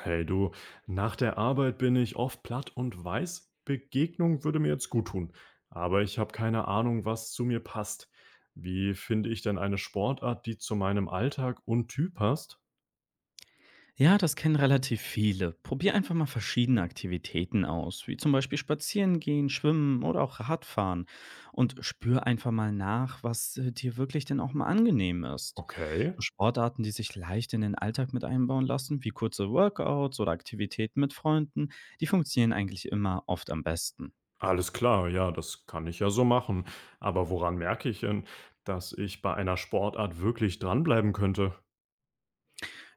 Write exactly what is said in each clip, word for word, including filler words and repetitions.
Hey du, nach der Arbeit bin ich oft platt und weiß, Begegnung würde mir jetzt gut tun. Aber ich habe keine Ahnung, was zu mir passt. Wie finde ich denn eine Sportart, die zu meinem Alltag und Typ passt? Ja, das kennen relativ viele. Probier einfach mal verschiedene Aktivitäten aus, wie zum Beispiel spazieren gehen, schwimmen oder auch Radfahren. Und spür einfach mal nach, was äh, dir wirklich denn auch mal angenehm ist. So Okay, Sportarten, die sich leicht in den Alltag mit einbauen lassen, wie kurze Workouts oder Aktivitäten mit Freunden, die funktionieren eigentlich immer oft am besten. alles klar, ja, das kann ich ja so machen. Aber woran merke ich denn, dass ich bei einer Sportart wirklich dranbleiben könnte?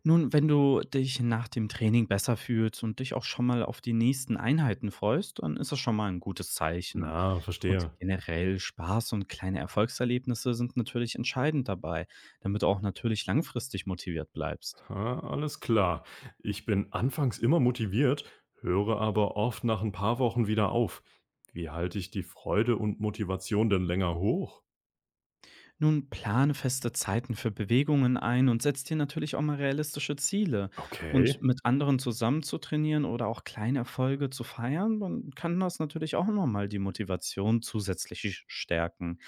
Nun, wenn du dich nach dem Training besser fühlst und dich auch schon mal auf die nächsten Einheiten freust, dann ist das schon mal ein gutes Zeichen. Na, Und verstehe. generell Spaß und kleine Erfolgserlebnisse sind natürlich entscheidend dabei, damit du auch natürlich langfristig motiviert bleibst. Ah, alles klar. Ich bin anfangs immer motiviert, höre aber oft nach ein paar Wochen wieder auf. Wie halte ich die Freude und Motivation denn länger hoch? Nun plane feste Zeiten für Bewegungen ein und setz dir natürlich auch mal realistische Ziele. Okay, Und mit anderen zusammen zu trainieren oder auch kleine Erfolge zu feiern, dann kann das natürlich auch nochmal die Motivation zusätzlich sch- stärken.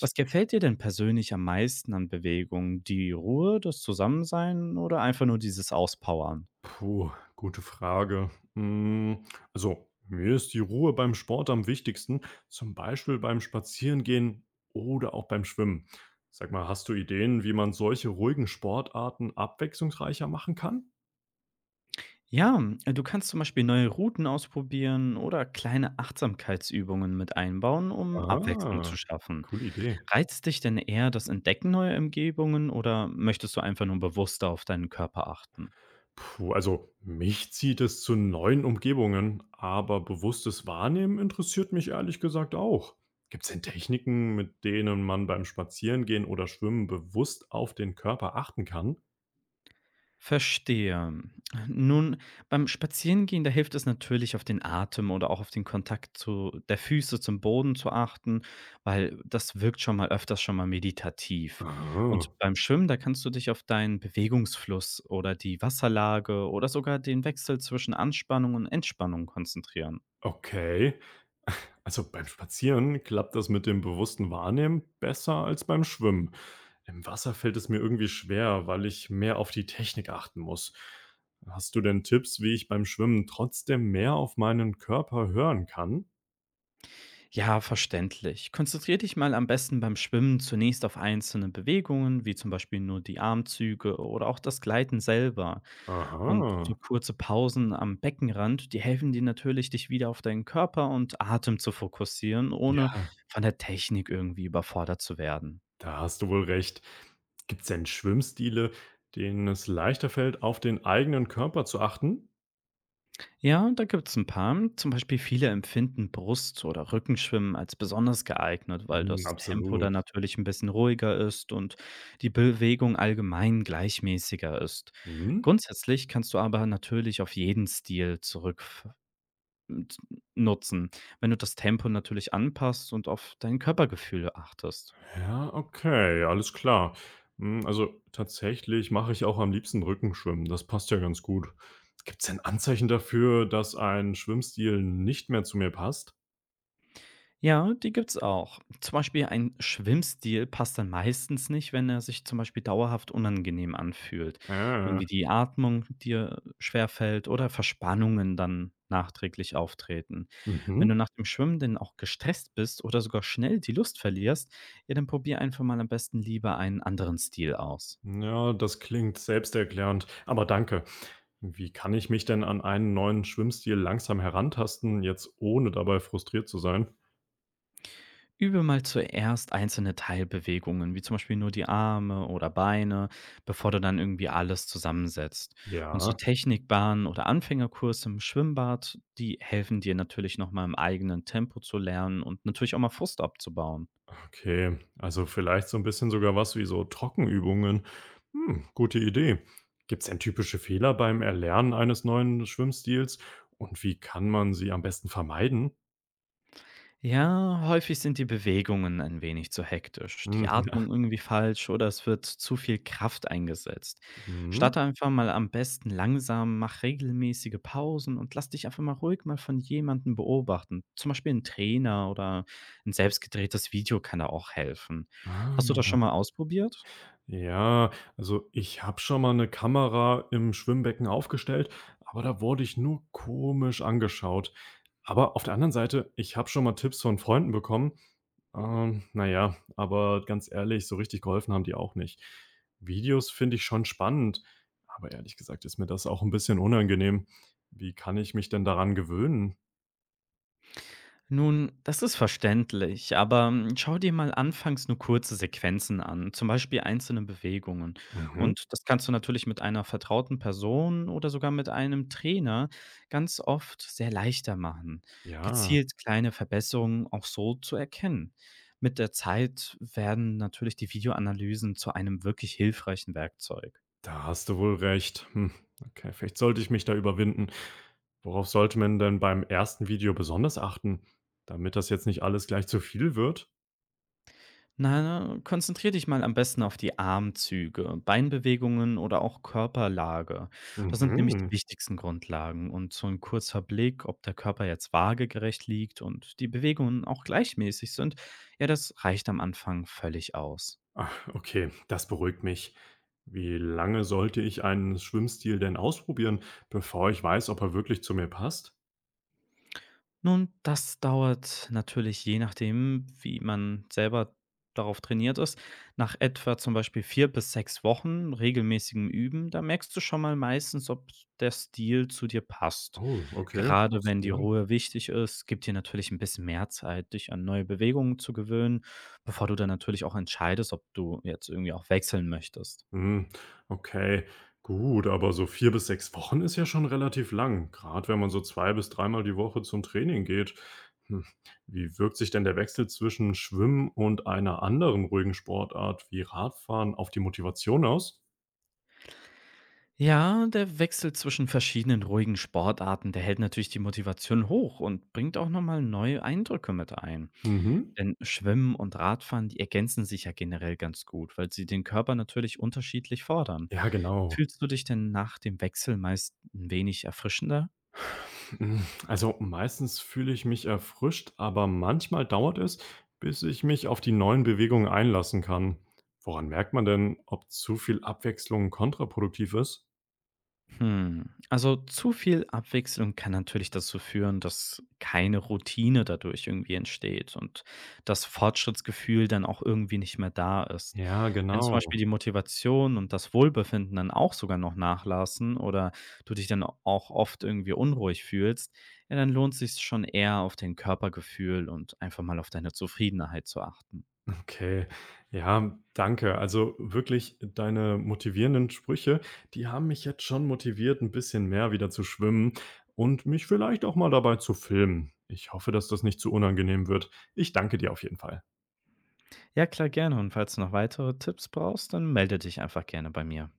Was gefällt dir denn persönlich am meisten an Bewegungen? Die Ruhe, das Zusammensein oder einfach nur dieses Auspowern? Puh, gute Frage. Hm, also, mir ist die Ruhe beim Sport am wichtigsten, zum Beispiel beim Spazierengehen oder auch beim Schwimmen. Sag mal, hast du Ideen, wie man solche ruhigen Sportarten abwechslungsreicher machen kann? Ja, hm, äh, du kannst zum Beispiel neue Routen ausprobieren oder kleine Achtsamkeitsübungen mit einbauen, um Abwechslung zu Ah, schaffen. coole Idee. Reizt dich denn eher das Entdecken neuer Umgebungen oder möchtest du einfach nur bewusster auf deinen Körper achten? Puh, also mich zieht es zu neuen Umgebungen, aber bewusstes Wahrnehmen interessiert mich ehrlich gesagt auch. Gibt es denn Techniken, mit denen man beim Spazierengehen oder Schwimmen bewusst auf den Körper achten kann? Verstehe. Nun, beim Spazierengehen, da hilft es natürlich, auf den Atem oder auch auf den Kontakt zu der Füße zum Boden zu achten, weil das wirkt schon mal öfters schon mal meditativ. Und Aha, beim Schwimmen, da kannst du dich auf deinen Bewegungsfluss oder die Wasserlage oder sogar den Wechsel zwischen Anspannung und Entspannung konzentrieren. okay. Also beim Spazieren klappt das mit dem bewussten Wahrnehmen besser als beim Schwimmen. Im Wasser fällt es mir irgendwie schwer, weil ich mehr auf die Technik achten muss. Hast du denn Tipps, wie ich beim Schwimmen trotzdem mehr auf meinen Körper hören kann? Ja, verständlich. Konzentrier dich mal am besten beim Schwimmen zunächst auf einzelne Bewegungen, wie zum Beispiel nur die Armzüge oder auch das Gleiten selber. Und so Aha. kurze Pausen am Beckenrand, die helfen dir natürlich, dich wieder auf deinen Körper und Atem zu fokussieren, ohne Ja, von der Technik irgendwie überfordert zu werden. da hast du wohl recht. Gibt es denn Schwimmstile, denen es leichter fällt, auf den eigenen Körper zu achten? Ja, da gibt's ein paar. Zum Beispiel viele empfinden Brust oder Rückenschwimmen als besonders geeignet, weil Mhm, das Tempo absolut. dann natürlich ein bisschen ruhiger ist und die Bewegung allgemein gleichmäßiger ist. Mhm. Grundsätzlich kannst du aber natürlich auf jeden Stil zurück nutzen, wenn du das Tempo natürlich anpasst und auf dein Körpergefühl achtest. Ja, okay, alles klar. Hm, also tatsächlich mache ich auch am liebsten Rückenschwimmen. Das passt ja ganz gut. Gibt es denn Anzeichen dafür, dass ein Schwimmstil nicht mehr zu mir passt? Ja, die gibt's auch. Zum Beispiel ein Schwimmstil passt dann meistens nicht, wenn er sich zum Beispiel dauerhaft unangenehm anfühlt. Ah. Irgendwie die Atmung dir schwerfällt oder Verspannungen dann nachträglich auftreten. Wenn Mhm. du nach dem Schwimmen denn auch gestresst bist oder sogar schnell die Lust verlierst, ja, dann probier einfach mal am besten lieber einen anderen Stil aus. Ja, das klingt selbsterklärend, aber danke. Wie kann ich mich denn an einen neuen Schwimmstil langsam herantasten, jetzt ohne dabei frustriert zu sein? Übe mal zuerst einzelne Teilbewegungen, wie zum Beispiel nur die Arme oder Beine, bevor du dann irgendwie alles zusammensetzt. Und so Ja, Technikbahnen oder Anfängerkurse im Schwimmbad, die helfen dir natürlich nochmal im eigenen Tempo zu lernen und natürlich auch mal Frust abzubauen. okay. Also vielleicht so ein bisschen sogar was wie so Trockenübungen. Hm, gute Idee. Gibt es denn typische Fehler beim Erlernen eines neuen Schwimmstils und wie kann man sie am besten vermeiden? Ja, häufig sind die Bewegungen ein wenig zu hektisch, Hm, die ja. Atmung irgendwie falsch oder es wird zu viel Kraft eingesetzt. Hm. Starte einfach mal am besten langsam, mach regelmäßige Pausen und lass dich einfach mal ruhig mal von jemandem beobachten. Zum Beispiel ein Trainer oder ein selbst gedrehtes Video kann da auch helfen. Ah. Hast du das schon mal ausprobiert? Ja, also ich habe schon mal eine Kamera im Schwimmbecken aufgestellt, aber da wurde ich nur komisch angeschaut. Aber auf der anderen Seite, ich habe schon mal Tipps von Freunden bekommen. Ähm, na ja, aber ganz ehrlich, so richtig geholfen haben die auch nicht. Videos finde ich schon spannend, aber ehrlich gesagt ist mir das auch ein bisschen unangenehm. Wie kann ich mich denn daran gewöhnen? Nun, das ist verständlich, aber hm, schau dir mal anfangs nur kurze Sequenzen an, zum Beispiel einzelne Bewegungen. Mhm, Und das kannst du natürlich mit einer vertrauten Person oder sogar mit einem Trainer ganz oft sehr leichter machen, ja. gezielt kleine Verbesserungen auch so zu erkennen. Mit der Zeit werden natürlich die Videoanalysen zu einem wirklich hilfreichen Werkzeug. Da hast du wohl recht. Hm, okay, vielleicht sollte ich mich da überwinden. Worauf sollte man denn beim ersten Video besonders achten, damit das jetzt nicht alles gleich zu viel wird? Na, konzentrier dich mal am besten auf die Armzüge, Beinbewegungen oder auch Körperlage. Das sind nämlich die Mhm. wichtigsten Grundlagen und so ein kurzer Blick, ob der Körper jetzt waagegerecht liegt und die Bewegungen auch gleichmäßig sind, ja, das reicht am Anfang völlig aus. Ah, okay, das beruhigt mich. Wie lange sollte ich einen Schwimmstil denn ausprobieren, bevor ich weiß, ob er wirklich zu mir passt? Nun, das dauert natürlich je nachdem, wie man selber darauf trainiert ist, nach etwa zum Beispiel vier bis sechs Wochen regelmäßigem Üben, da merkst du schon mal meistens, ob der Stil zu dir passt. Oh, okay. Gerade wenn die Ruhe wichtig ist, gib dir natürlich ein bisschen mehr Zeit, dich an neue Bewegungen zu gewöhnen, bevor du dann natürlich auch entscheidest, ob du jetzt irgendwie auch wechseln möchtest. Hm, okay, gut, aber so vier bis sechs Wochen ist ja schon relativ lang, gerade wenn man so zwei bis dreimal die Woche zum Training geht. Hm, wie wirkt sich denn der Wechsel zwischen Schwimmen und einer anderen ruhigen Sportart wie Radfahren auf die Motivation aus? Ja, der Wechsel zwischen verschiedenen ruhigen Sportarten, der hält natürlich die Motivation hoch und bringt auch nochmal neue Eindrücke mit ein. Mhm. Denn Schwimmen und Radfahren, die ergänzen sich ja generell ganz gut, weil sie den Körper natürlich unterschiedlich fordern. Ja, genau. Fühlst du dich denn nach dem Wechsel meist ein wenig erfrischender? Hm, also, meistens fühle ich mich erfrischt, aber manchmal dauert es, bis ich mich auf die neuen Bewegungen einlassen kann. Woran merkt man denn, ob zu viel Abwechslung kontraproduktiv ist? Hm. Also zu viel Abwechslung kann natürlich dazu führen, dass keine Routine dadurch irgendwie entsteht und das Fortschrittsgefühl dann auch irgendwie nicht mehr da ist. Ja, Wenn zum Beispiel genau. die Motivation und das Wohlbefinden dann auch sogar noch nachlassen oder du dich dann auch oft irgendwie unruhig fühlst, ja, dann lohnt sich schon eher auf dein Körpergefühl und einfach mal auf deine Zufriedenheit zu achten. Okay. Ja, danke. Also wirklich deine motivierenden Sprüche, die haben mich jetzt schon motiviert, ein bisschen mehr wieder zu schwimmen und mich vielleicht auch mal dabei zu filmen. Ich hoffe, dass das nicht zu unangenehm wird. Ich danke dir auf jeden Fall. Ja, klar, gerne. Und falls du noch weitere Tipps brauchst, dann melde dich einfach gerne bei mir.